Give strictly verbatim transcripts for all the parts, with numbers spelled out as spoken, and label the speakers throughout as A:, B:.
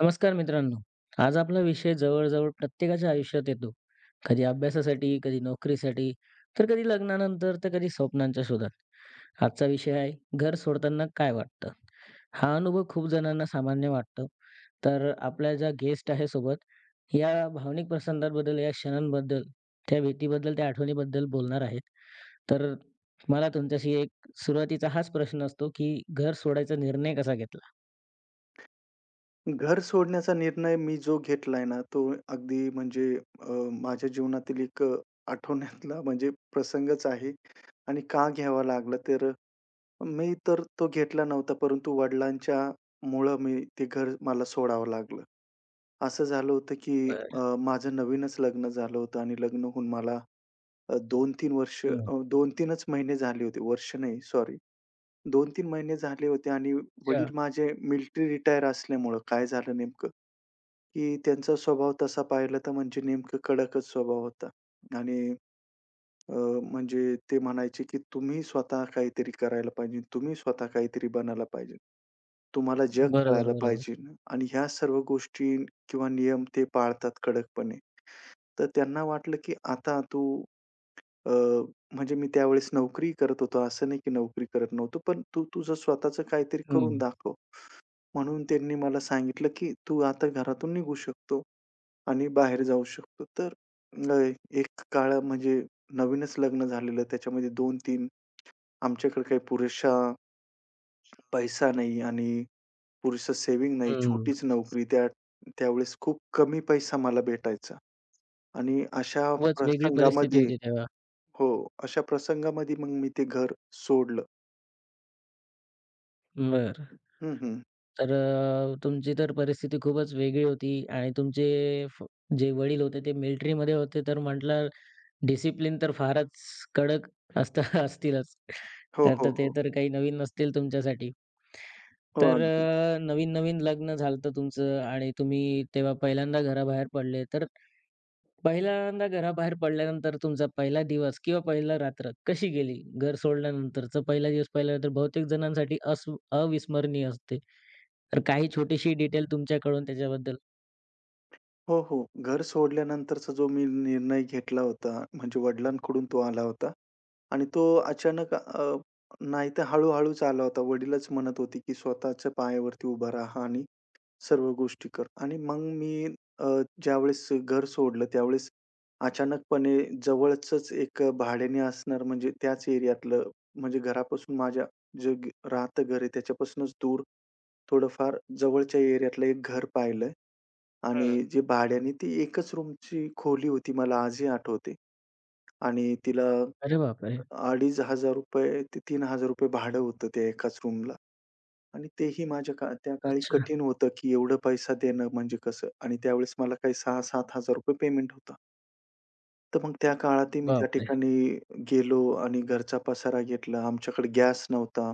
A: नमस्कार मित्रांनो. आज आपला विषय जवळ-जवळ प्रत्येकाच्या आयुष्यात येतो. कधी अभ्यासासाठी, कधी नोकरीसाठी, तर कधी लग्नानंतर, तर कधी स्वप्नांच्या शोधात. आजचा विषय आहे, घर सोडताना काय वाटतं? हा अनुभव खूप जणांना सामान्य वाटतो. तर आपल्या ज्या गेस्ट आहे सोबत, या भावनिक प्रसंगांबद्दल, या क्षणांबद्दल, त्या भीतीबद्दल, त्या आठवणीबद्दल बोलणार आहेत. तर मला तुमच्याशी एक सुरुवातीचा हाच प्रश्न असतो, की घर सोडायचा निर्णय कसा घेतला?
B: घर सोडण्याचा निर्णय मी जो घेतलाय ना, तो अगदी म्हणजे अ, माझ्या जीवनातील एक अ, आठवण्यातला म्हणजे प्रसंगच आहे. आणि का घ्यावा लागला तर मी तर तो घेतला नव्हता, परंतु वडिलांच्या मुळं मी ते घर मला सोडावं लागलं. असं झालं होतं की
A: बरं.
B: अ, माझं नवीनच लग्न झालं होतं आणि लग्न होऊन मला अ, दोन ते तीन वर्ष
A: हं.
B: अ, दोन-3च महिने झाले होते. वर्ष नाही, सॉरी. दोन ते तीन महिने झाले होते. आणि
A: अच्छा.
B: वडील माझे मिलिटरी रिटायर असल्यामुळं काय झालं नेमकं की त्यांचा स्वभाव तसा पाहिला तर म्हणजे नेमकं कडकच स्वभाव होता. आणि अ, म्हणजे ते म्हणायचे की तुम्ही स्वतः काहीतरी करायला पाहिजे, तुम्ही स्वतः काहीतरी बनायला पाहिजे. तुम्हाला जग
A: बरोबर,
B: कळायला
A: बरोबर.
B: पाहिजे आणि ह्या सर्व गोष्टी किंवा नियम ते पाळतात कडकपणे. तर त्यांना वाटलं की आता तू अ, म्हणजे मी त्यावेळेस नोकरी करत होतो. असं नाही की नोकरी करत नव्हतो. पण तू तुझं स्वतःचं काहीतरी करून
A: हं,
B: दाखव. म्हणून त्यांनी मला सांगितलं की तू आता घरातून निघू शकतो. आणि बाहेर जाऊ शकतो. तर अ, एक काळ म्हणजे नवीनच लग्न झालेलं त्याच्यामध्ये दोन तीन आमच्याकडे काही पुरेशा पैसा नाही आणि पुरेसं सेव्हिंग नाही.
A: हं.
B: छोटीच नोकरी त्या त्यावेळेस खूप कमी पैसा मला भेटायचा आणि अशा
A: खूपच वेगळी परिस्थिती
B: प्रसंगामध्ये.
A: होती तेव्हा.
B: हो, अशा प्रसंगामध्ये मग मी ते घर सोडलं.
A: बरं.
B: हं, हं.
A: तर अ, तुमची तर परिस्थिती खूपच वेगळी होती आणि तुमचे फ जे वडील होते ते मिलिटरीमध्ये होते तर म्हटलं डिसिप्लिन तर फारच कडक असत असतीलच.
B: हो,
A: तर
B: हो,
A: तर ते
B: हो.
A: तर काही नवीन नसतील तुमच्यासाठी.
B: हो,
A: तर
B: अगदी.
A: अ, नवीन-नवीन लग्न झालं होतं तुमचं आणि तुम्ही तेव्हा पहिल्यांदा घराबाहेर पडले. तर पहिल्यांदा घराबाहेर पडल्यानंतर तुमचा पहिला दिवस किंवा पहिला रात्र कशी गेली? घर सोडल्यानंतरचा पहिला दिवस, पहिला रात्र बहुतेक जणांसाठी अस अविस्मरणीय असते. तर काही छोटीशी डिटेल तुमच्याकडून त्याच्याबद्दल?
B: हो, हो. घर सोडल्यानंतरचा जो मी निर्णय घेतला होता, म्हणजे वडिलांकडून तो आला होता आणि तो अचानक अ, नाही तर हळू-हळूच आला होता. वडीलच म्हणत होते, की "स्वतःच्या पायावरती उभा राहा आणि सर्व गोष्टी कर." आणि मग मी अ, ज्यावेळेस घर सोडलं त्यावेळेस अचानकपणे जवळचंच एक अ, भाड्याने असणार म्हणजे त्याच एरियातलं म्हणजे घरापासून माझ्या जे ग राहतं घर आहे त्याच्यापासूनच दूर थोडंफार जवळच्या एरियातलं एक घर पाहिलं आणि जे भाड्याने ती एकच रूमची खोली होती मला आजही आठवते. आणि तिला
A: अरे बापरे!
B: ₹दोन हजार पाचशे ते ₹तीन हजार भाडं होतं त्या एकाच रूमला. आणि तेही माझ्या का त्या काळी
A: अच्छा.
B: कठीण होतं, की एवढं पैसा देणं म्हणजे कसं? आणि त्यावेळेस मला काही ₹सहा हजार-सात हजार पेमेंट होता. तर मग त्या काळातही मी त्या
A: बापरे!
B: ठिकाणी गेलो आणि घरचा पसारा घेतला. आमच्याकडे गॅस नव्हता.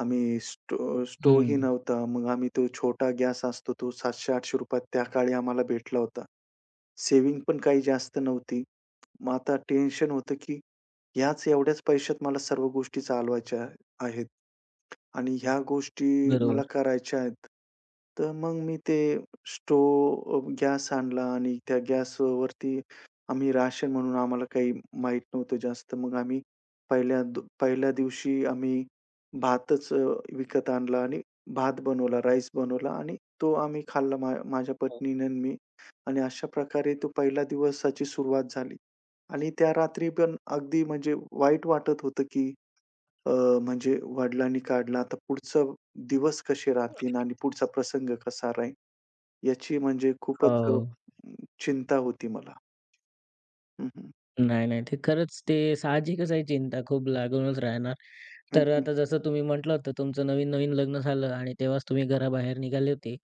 B: आम्ही स्टो
A: हं.
B: स्टोव्हही नव्हता. मग आम्ही तो छोटा गॅस असतो तो ₹सातशे ते आठशे त्या काळी आम्हाला भेटला होता. सेव्हिंग पण काही जास्त नव्हती. मग आता टेन्शन होतं, की ह्याच एवढ्याच पैशात मला सर्व गोष्टी चालवायच्या आहेत. आणि ह्या गोष्टी
A: बरोबर.
B: मला करायच्या आहेत. तर मग मी ते स्टोव गॅस आणला आणि त्या गॅसवरती आम्ही राशन म्हणून आम्हाला काही माहीत नव्हतं जास्त. मग आम्ही पहिल्या दो पहिल्या दिवशी आम्ही भातच अ, विकत आणला आणि भात बनवला, राईस बनवला आणि तो आम्ही खाल्ला मा माझ्या पत्नीने आणि मी. आणि अशा प्रकारे तो पहिला दिवसाची सुरुवात झाली. आणि त्या रात्री पण अगदी म्हणजे वाईट वाटत होतं, की अ, म्हणजे वडिलांनी काढला, आता पुढचा दिवस कसे राहतील आणि पुढचा प्रसंग कसा राहील, याची म्हणजे खूपच अ,
A: हो.
B: चिंता होती मला. हं, हं.
A: नाही, नाही. ते खरंच ते साहजिकच आहे, चिंता खूप लागूनच राहणार.
B: हं,
A: तर
B: हं.
A: आता जसं तुम्ही म्हटलं होतं, तुमचं नवीन-नवीन लग्न झालं आणि तेव्हाच तुम्ही घराबाहेर निघाले होते.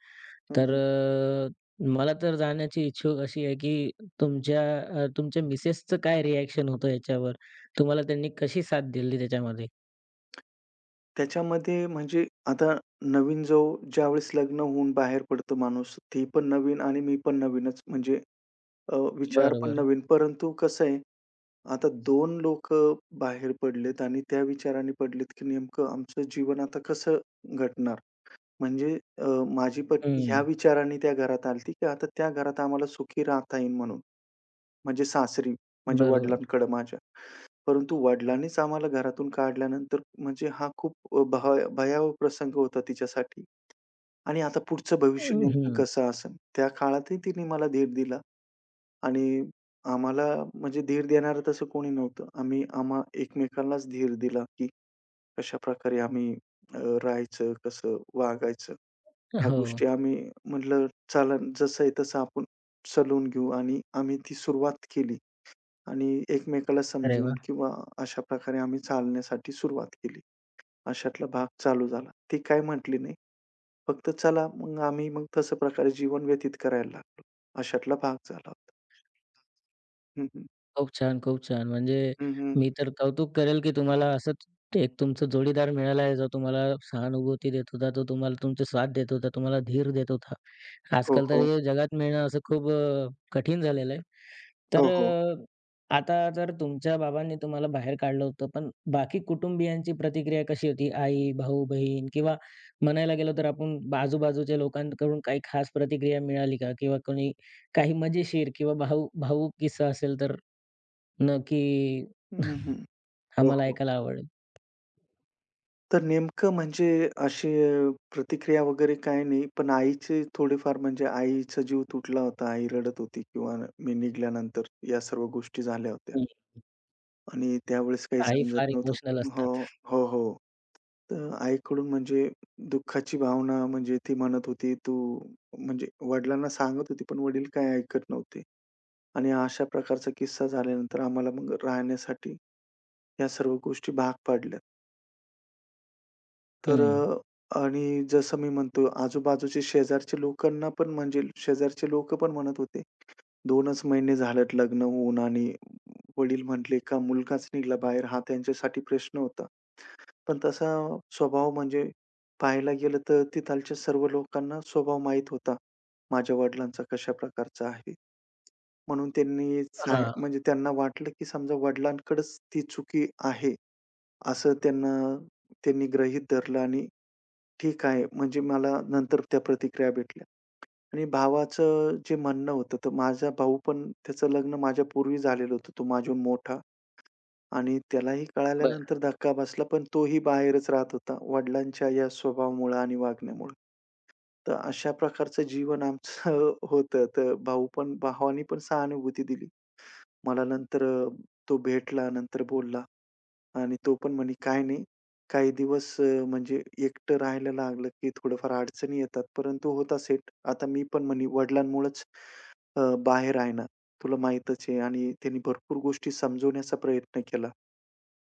B: हं,
A: तर
B: हं.
A: अ, मला तर जाण्याची इच्छुक अशी आहे, की तुमच्या अ, तुमच्या मिसेसचं काय रिएक्शन होतं याच्यावर? तुम्हाला त्यांनी कशी साथ दिली त्याच्यामध्ये?
B: त्याच्यामध्ये म्हणजे आता नवीन जो ज्यावेळेस लग्न होऊन बाहेर पडतो माणूस, ती पण नवीन आणि मी पण नवीनच म्हणजे अ, विचार पण
A: बरोबर.
B: नवीन. परंतु कसं आहे, आता दोन लोकं बाहेर पडलेत आणि त्या विचाराने पडलेत, की नेमकं आमचं जीवन आता कसं घटणार? म्हणजे अ, माझी पत्नी ह्या
A: हं,
B: विचाराने त्या घरात आलती, की आता त्या घरात आम्हाला सुखी राहता येईल म्हणून. म्हणजे सासरी, म्हणजे
A: बरोबर.
B: वडिलांकडे माझ्या. परंतु वडिलांनीच आम्हाला घरातून काढल्यानंतर म्हणजे हा खूप अ, भय भयावह प्रसंग होता तिच्यासाठी आणि आता पुढचं भविष्य नेमकं
A: हं.
B: कसं असेल? त्या काळातही तिने मला धीर दिला आणि आम्हाला म्हणजे धीर देणारं तसं कोणी नव्हतं. आम्ही आम्हा एकमेकांनाच धीर दिला, की कशाप्रकारे आम्ही अ, राहायचं, कसं वागायचं. ह्या
A: हो.
B: गोष्टी आम्ही म्हटलं चलन जसं आहे तसं आपण सलून घेऊ आणि आम्ही ती सुरुवात केली आणि एकमेकाला
A: अरे वाह!
B: समजून किंवा अशा प्रकारे आम्ही चालण्यासाठी सुरुवात केली. अशातला भाग चालू झाला. ती काही म्हटली नाही. फक्त चला मग आम्ही मग तशा प्रकारे जीवन व्यतीत करायला लागलो. अशातला भाग झाला होता. हं, हं.
A: खूप छान, खूप छान. म्हणजे
B: हं, हं.
A: मी तर कौतुक करेल, की तुम्हाला असंच एक तुमचा जोडीदार मिळाला आहे, जो तुम्हाला सहानुभूती देत होता, तो तुम्हाला तुमचा साथ देत होता, तुम्हाला धीर देत होता.
B: हो,
A: आजकाल तर
B: हो.
A: हे जगात मिळणं असं खूप अ, कठीण झालेलं आहे. तर
B: हो, हो.
A: अ, आता तर तुमच्या बाबांनी तुम्हाला बाहेर काढलं होतं, पण बाकी कुटुंबियांची प्रतिक्रिया कशी होती? आई, भाऊ, बहीण किंवा म्हणायला गेलो तर आपण आजूबाजूच्या लोकांकडून काही खास प्रतिक्रिया मिळाली का? किंवा कोणी काही मजेशीर किंवा भावू भावूक किस्सा असेल तर? नक्की
B: हं, हं. हो,
A: आम्हाला
B: हो.
A: ऐकायला आवडेल.
B: तर नेमकं म्हणजे अशी अ, प्रतिक्रिया वगैरे काही नाही. पण आईची थोडीफार म्हणजे आईचा जीव तुटला होता. आई रडत होती किंवा मी निघाल्यानंतर या सर्व गोष्टी झाल्या होत्या
A: हं.
B: आणि त्यावेळेस काही
A: आई
B: समजत
A: फार इमोशनल
B: नव्हतं. हो,
A: असतात.
B: हो, हो. तर आईकडून म्हणजे दुःखाची भावना म्हणजे ती म्हणत होती, "तू" म्हणजे वडिलांना सांगत होती, पण वडील काही ऐकत नव्हते आणि अशा प्रकारचा किस्सा झाल्यानंतर आम्हाला मग राहण्यासाठी या सर्व गोष्टी भाग पाडल्या. तर
A: हं.
B: अ, आणि जसं मी म्हणतो आजूबाजूचे शेजारचे लोकांना पण म्हणजे शेजारचे लोकं पण म्हणत होते, "दोनच महिने झालेत लग्न होऊन आणि वडील म्हटले का मुलगाच निघाला बाहेर." हा त्यांच्यासाठी प्रश्न होता. पण तसा स्वभाव म्हणजे पाहायला गेलं तर तिथालच्या सर्व लोकांना स्वभाव माहीत होता, माझ्या वडिलांचा कशा प्रकारचा आहे. म्हणून त्यांनी साय
A: हां.
B: म्हणजे त्यांना वाटलं की समजा वडिलांकडंच ती चुकी आहे, असं त्यांना त्यांनी गृहीत धरलं आणि ठीक आहे. म्हणजे मला नंतर त्या प्रतिक्रिया भेटल्या आणि भावाचं जे म्हणणं होतं, तर माझा भाऊ पण त्याचं लग्न माझ्यापूर्वी झालेलं होतं. तो माझ्याहून मोठा आणि त्यालाही
A: बरं.
B: कळाल्यानंतर धक्का बसला, पण तोही बाहेरच राहत होता वडिलांच्या या स्वभावामुळं आणि वागण्यामुळं. तर अशा प्रकारचं जीवन आमचं होतं. तर भाऊ पण भावाने पण सहानुभूती दिली. मला नंतर अ, तो भेटला, नंतर बोलला आणि तो पण म्हणे, काय नाही, काही दिवस अ, म्हणजे एकटं राहायला लागलं की थोडंफार अडचणी येतात, परंतु होता सेट. आता मी पण म्हणे वडिलांमुळंच अ, बाहेर आहे ना, तुला माहीतच आहे." आणि त्यांनी भरपूर गोष्टी समजवण्याचा प्रयत्न केला,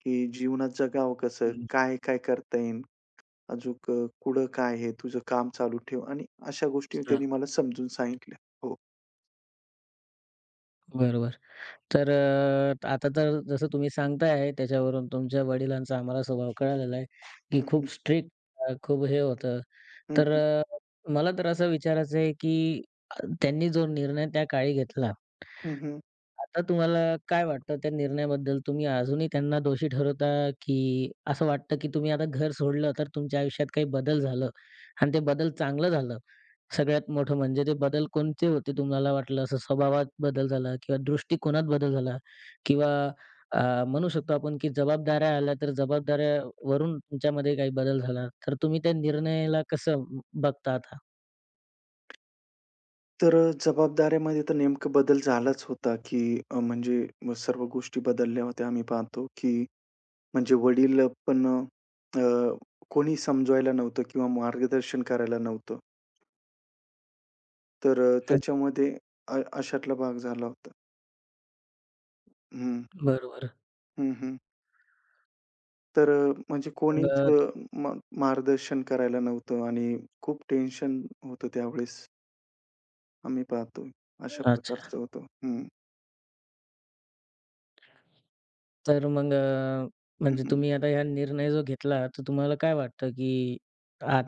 B: की जीवनात जगावं कसं?
A: हं.
B: काय-काय करता येईल? अजूक अ, पुढं काय आहे? तुझं काम चालू ठेव आणि अशा गोष्टी
A: अच्छा.
B: त्यांनी मला समजून सांगितल्या. हो.
A: बरोबर. तर अ, आता तर जसं तुम्ही सांगताय त्याच्यावरून तुमच्या वडिलांचा आम्हाला स्वभाव कळालेला आहे, की
B: हं,
A: खूप
B: हं.
A: स्ट्रिक्ट, अ, खूप हे होतं.
B: हं,
A: तर
B: हं.
A: अ, मला तर असं विचारायचं आहे, की अ, त्यांनी जो निर्णय त्या काळी घेतला,
B: हं, हं.
A: आता तुम्हाला काय वाटतं त्या निर्णयाबद्दल? तुम्ही अजूनही त्यांना दोषी ठरवता, की असं वाटतं, की तुम्ही आता घर सोडलं तर तुमच्या आयुष्यात काही बदल झालं आणि ते बदल चांगलं झालं? सगळ्यात मोठं म्हणजे ते बदल कोणते होते? तुम्हाला वाटलं असं स्वभावात बदल झाला किंवा दृष्टिकोनात बदल झाला किंवा अ, म्हणू शकतो आपण, की जबाबदाऱ्या आल्या तर जबाबदाऱ्यावरून तुमच्यामध्ये काही बदल झाला. तर तुम्ही त्या निर्णयाला कसं बघता आता?
B: तर अ, जबाबदाऱ्यामध्ये तर नेमकं बदल झालाच होता, की अ, म्हणजे मग सर्व गोष्टी बदलल्या होत्या. आम्ही पाहतो, की म्हणजे वडील पण अ, कोणी समजवायला नव्हतं किंवा मार्गदर्शन करायला नव्हतं. तर अ,
A: हं,
B: त्याच्यामध्ये अ, अशातला भाग झाला होता. हं,
A: बरोबर.
B: हं, हं. तर अ, म्हणजे कोणीच
A: मग
B: अ,
A: तो
B: म मार्गदर्शन करायला नव्हतं आणि खूप टेन्शन होतं त्यावेळेस. आम्ही पाहतो अशा
A: अच्छा.
B: प्रकारचं होतं. हं.
A: तर मग अ,
B: हं,
A: म्हणजे
B: हं.
A: तुम्ही आता हा निर्णय जो घेतला, तर तुम्हाला काय वाटतं, की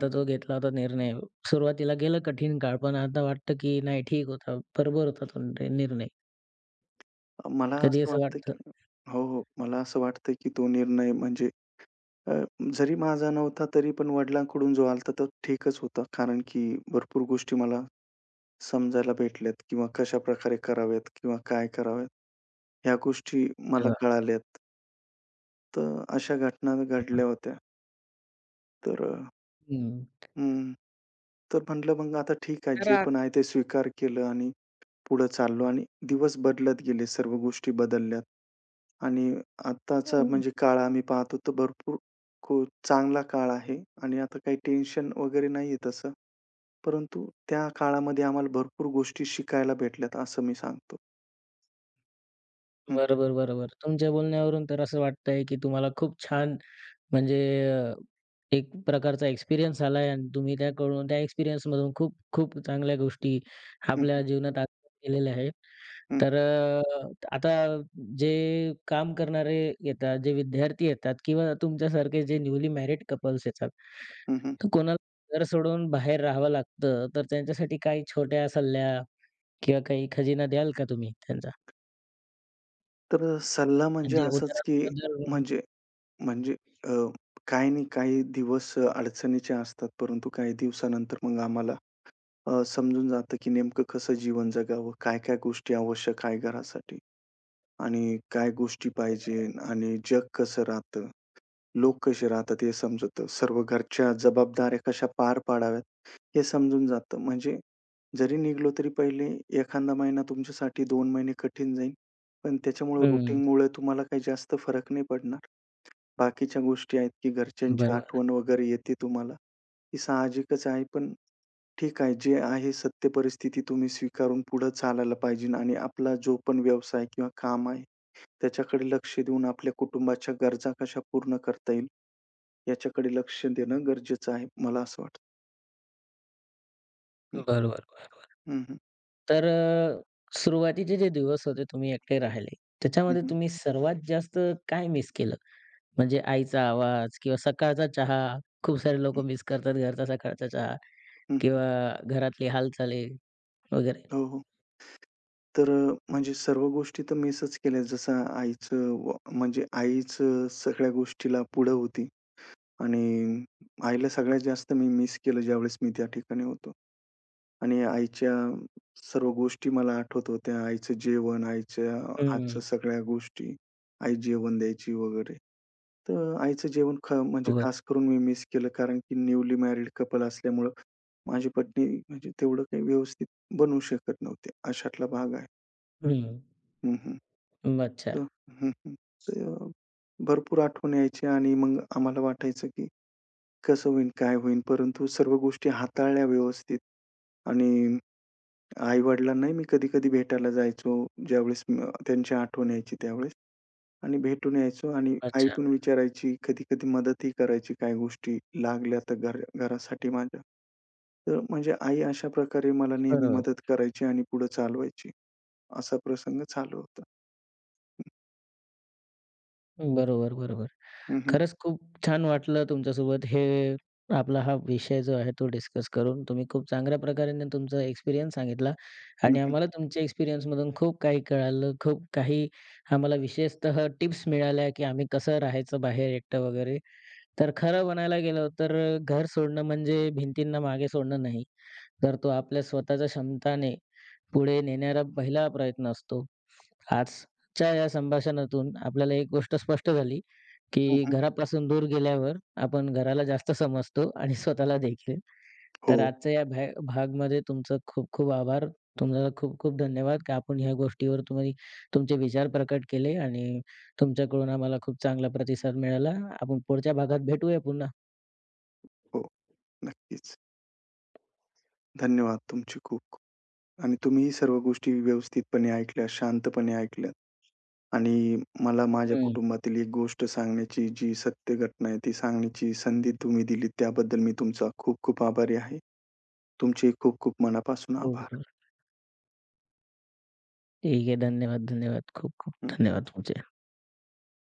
B: हं,
A: जो
B: हं.
A: घेतला होता निर्णय, सुरुवातीला गेलं कठीण काळ, पण आता वाटतं, की नाही ठीक होता, बरोबर होता तो नि निर्णय.
B: मला
A: कधी
B: असं
A: असं
B: वाटतं
A: वाटतं?
B: की हो, हो. मला असं वाटतं की तो निर्णय म्हणजे अ, जरी माझा नव्हता तरी पण वडिलांकडून जो आला तो ठीकच होता. कारण की भरपूर गोष्टी मला समजायला भेटल्यात किंवा कशाप्रकारे कराव्यात किंवा काय कराव्यात ह्या गोष्टी मला
A: हां,
B: कळाल्यात. तर अशा घटना
A: हां.
B: घडल्या होत्या. तर अ
A: हं.
B: हं. तर म्हटलं मग आता ठीक आहे,
A: तर
B: जे
A: आ
B: पण आहे ते स्वीकार केलं आणि पुढे चाललो आणि दिवस बदलत गेले, सर्व गोष्टी बदलल्यात. आणि आत्ताचा
A: हम्म.
B: म्हणजे काळ आम्ही पाहतो तर भरपूर खूप चांगला काळ आहे आणि आता काही टेन्शन वगैरे नाहीये तसं. परंतु त्या काळामध्ये आम्हाला भरपूर गोष्टी शिकायला भेटल्यात असं मी सांगतो. हं,
A: बरोबर, बरोबर. तुमच्या बोलण्यावरून तर असं वाटतंय, की तुम्हाला खूप छान म्हणजे अ, एक प्रकारचा एक्सपिरियन्स आलाय आणि तुम्ही त्याकडून त्या एक्सपिरियन्समधून खूप खूप चांगल्या गोष्टी
B: हं, हं,
A: आपल्या जीवनात केलेल्या आहेत.
B: हं,
A: तर अ, आता जे काम करणारे येतात, जे विद्यार्थी येतात किंवा तुमच्यासारखे जे न्यूली मॅरीड कपल्स येतात,
B: हं, हं.
A: तर कोणाला घर सोडून बाहेर राहावं लागतं, तर त्यांच्यासाठी काही छोट्या सल्ल्या किंवा काही खजिना द्याल का तुम्ही त्यांचा?
B: तर सल्ला म्हणजे
A: म्हणजे
B: असाच की
A: उदाहरणार्थ जर,
B: म्हणजे म्हणजे अ, काही नाही, काही दिवस अडचणीचे असतात, परंतु काही दिवसानंतर मग आम्हाला अ, समजून जातं, की नेमकं कसं जीवन जगावं, काय-काय गोष्टी आवश्यक आहे घरासाठी आणि काय गोष्टी पाहिजे आणि जग कसं राहतं, लोक कसे राहतात हे समजतं. सर्व घरच्या जबाबदाऱ्या कशा पार पाडाव्यात हे समजून जातं. म्हणजे जरी निघालो तरी पहिले एखादा महिना तुमच्यासाठी दोन महिने कठीण जाईल, पण त्याच्यामुळे
A: हं,
B: रुटीनमुळे तुम्हाला काही जास्त फरक नाही पडणार. बाकीच्या गोष्टी आहेत, की घरच्यांची
A: बरोबर,
B: आठवण वगैरे येते तुम्हाला. ही साहजिकच आहे, पण ठीक आहे. जे आहे सत्य परिस्थिती तुम्ही स्वीकारून पुढे चालायला पाहिजे आणि आपला जो पण व्यवसाय किंवा काम आहे, त्याच्याकडे लक्ष देऊन आपल्या कुटुंबाच्या गरजा कशा पूर्ण करता येईल, याच्याकडे लक्ष देणं गरजेचं आहे, मला असं वाटतं.
A: बरोबर.
B: हं, हं, हं.
A: तर अ, सुरुवातीचे जे दिवस होते तुम्ही एकटे राहिले,
B: हं,
A: त्याच्यामध्ये
B: हं,
A: तुम्ही सर्वात जास्त काय मिस केलं? म्हणजे आईचा आवाज किंवा सकाळचा चहा. खूप सारे लोकं मिस करतात घरचा सकाळचा चहा
B: हं,
A: किंवा घरातली हालचाली वगैरे.
B: हो, हो. तर अ, म्हणजे सर्व गोष्टी तर मिसच केल्या. जसं आईचं व म्हणजे आईच सगळ्या गोष्टीला पुढं होती. आणि आईला सगळ्यात जास्त मी मिस केलं ज्यावेळेस मी त्या ठिकाणी होतो. आणि आईच्या सर्व गोष्टी मला आठवत होत्या. आईचं जेवण, आईच्या
A: हं.
B: हातच्या सगळ्या गोष्टी. आई जेवण द्यायची वगैरे. तर आईचं जेवण ख म्हणजे
A: बरोबर.
B: खास करून मी मिस केलं कारण की न्यूली मॅरीड कपल असल्यामुळं माझी पत्नी म्हणजे तेवढं काही व्यवस्थित बनवू शकत नव्हते. अशातला भाग आहे.
A: हं.
B: हं, हं.
A: अच्छा,
B: तर हं, हं. तर भरपूर आठवण यायची आणि मग आम्हाला वाटायचं की कसं होईल, काय होईल? परंतु सर्व गोष्टी हाताळल्या व्यवस्थित आणि आई-वडिलांनाही मी कधी-कधी भेटायला जायचो. ज्यावेळेस अ, त्यांची आठवण यायची त्यावेळेस आणि भेटून यायचो आणि आई
A: अच्छा.
B: पण विचारायची, कधी-कधी मदतही करायची काही गोष्टी लागल्या तर घर घरासाठी माझ्या. तर म्हणजे आई अशा प्रकारे मला नेहमी
A: बरोबर,
B: मदत करायची आणि पुढे चालवायची. असा प्रसंग चालू होता.
A: बरोबर, बरोबर.
B: हं, हं,
A: खरंच खूप छान वाटलं तुमच्यासोबत हे आपला हा विषय जो आहे तो डिस्कस करून. तुम्ही खूप चांगल्या प्रकारे ना तुमचा एक्सपिरियन्स सांगितला
B: हं,
A: आणि
B: हं,
A: आम्हाला तुमच्या एक्सपिरियन्समधून खूप काही कळालं. खूप काही आम्हाला विशेषतः टिप्स मिळाल्या, की आम्ही कसं राहायचं बाहेर एकटं वगैरे. तर खरं म्हणायला गेलं तर अ, घर सोडणं म्हणजे भिंतींना मागे सोडणं नाही. तर तो आपल्या स्वतःच्या क्षमताने पुढे नेणारा पहिला प्रयत्न असतो. आजच्या या संभाषणातून आपल्याला एक गोष्ट स्पष्ट झाली,
B: हं,
A: की
B: हं.
A: घरापासून दूर गेल्यावर आपण घराला जास्त समजतो आणि स्वतःला देखील. तर
B: हो,
A: आजच्या या भ्या भागमध्ये तुमचं खूप-खूप आभार. तुम्हाला खूप-खूप धन्यवाद, की आपण ह्या गोष्टीवर तुम्ही तुमचे विचार प्रकट केले आणि तुमच्याकडून आम्हाला खूप चांगला प्रतिसाद मिळाला. आपण पुढच्या भागात भेटूया पुन्हा.
B: हो. नक्कीच. धन्यवाद तुमचे खूप-खूप. आणि तुम्ही सर्व गोष्टी व्यवस्थितपणे ऐकल्या, शांतपणे ऐकल्या आणि मला माझ्या
A: हं.
B: कुटुंबातील एक गोष्ट सांगण्याची जी सत्य घटना आहे, ती सांगण्याची संधी तुम्ही दिली त्याबद्दल मी तुमचा खूप-खूप आभारी आहे. तुमचे खूप-खूप मनापासून
A: हो,
B: आभार.
A: बरोबर. ठीक आहे. धन्यवाद, धन्यवाद. खूप-खूप धन्यवाद. तुमचे.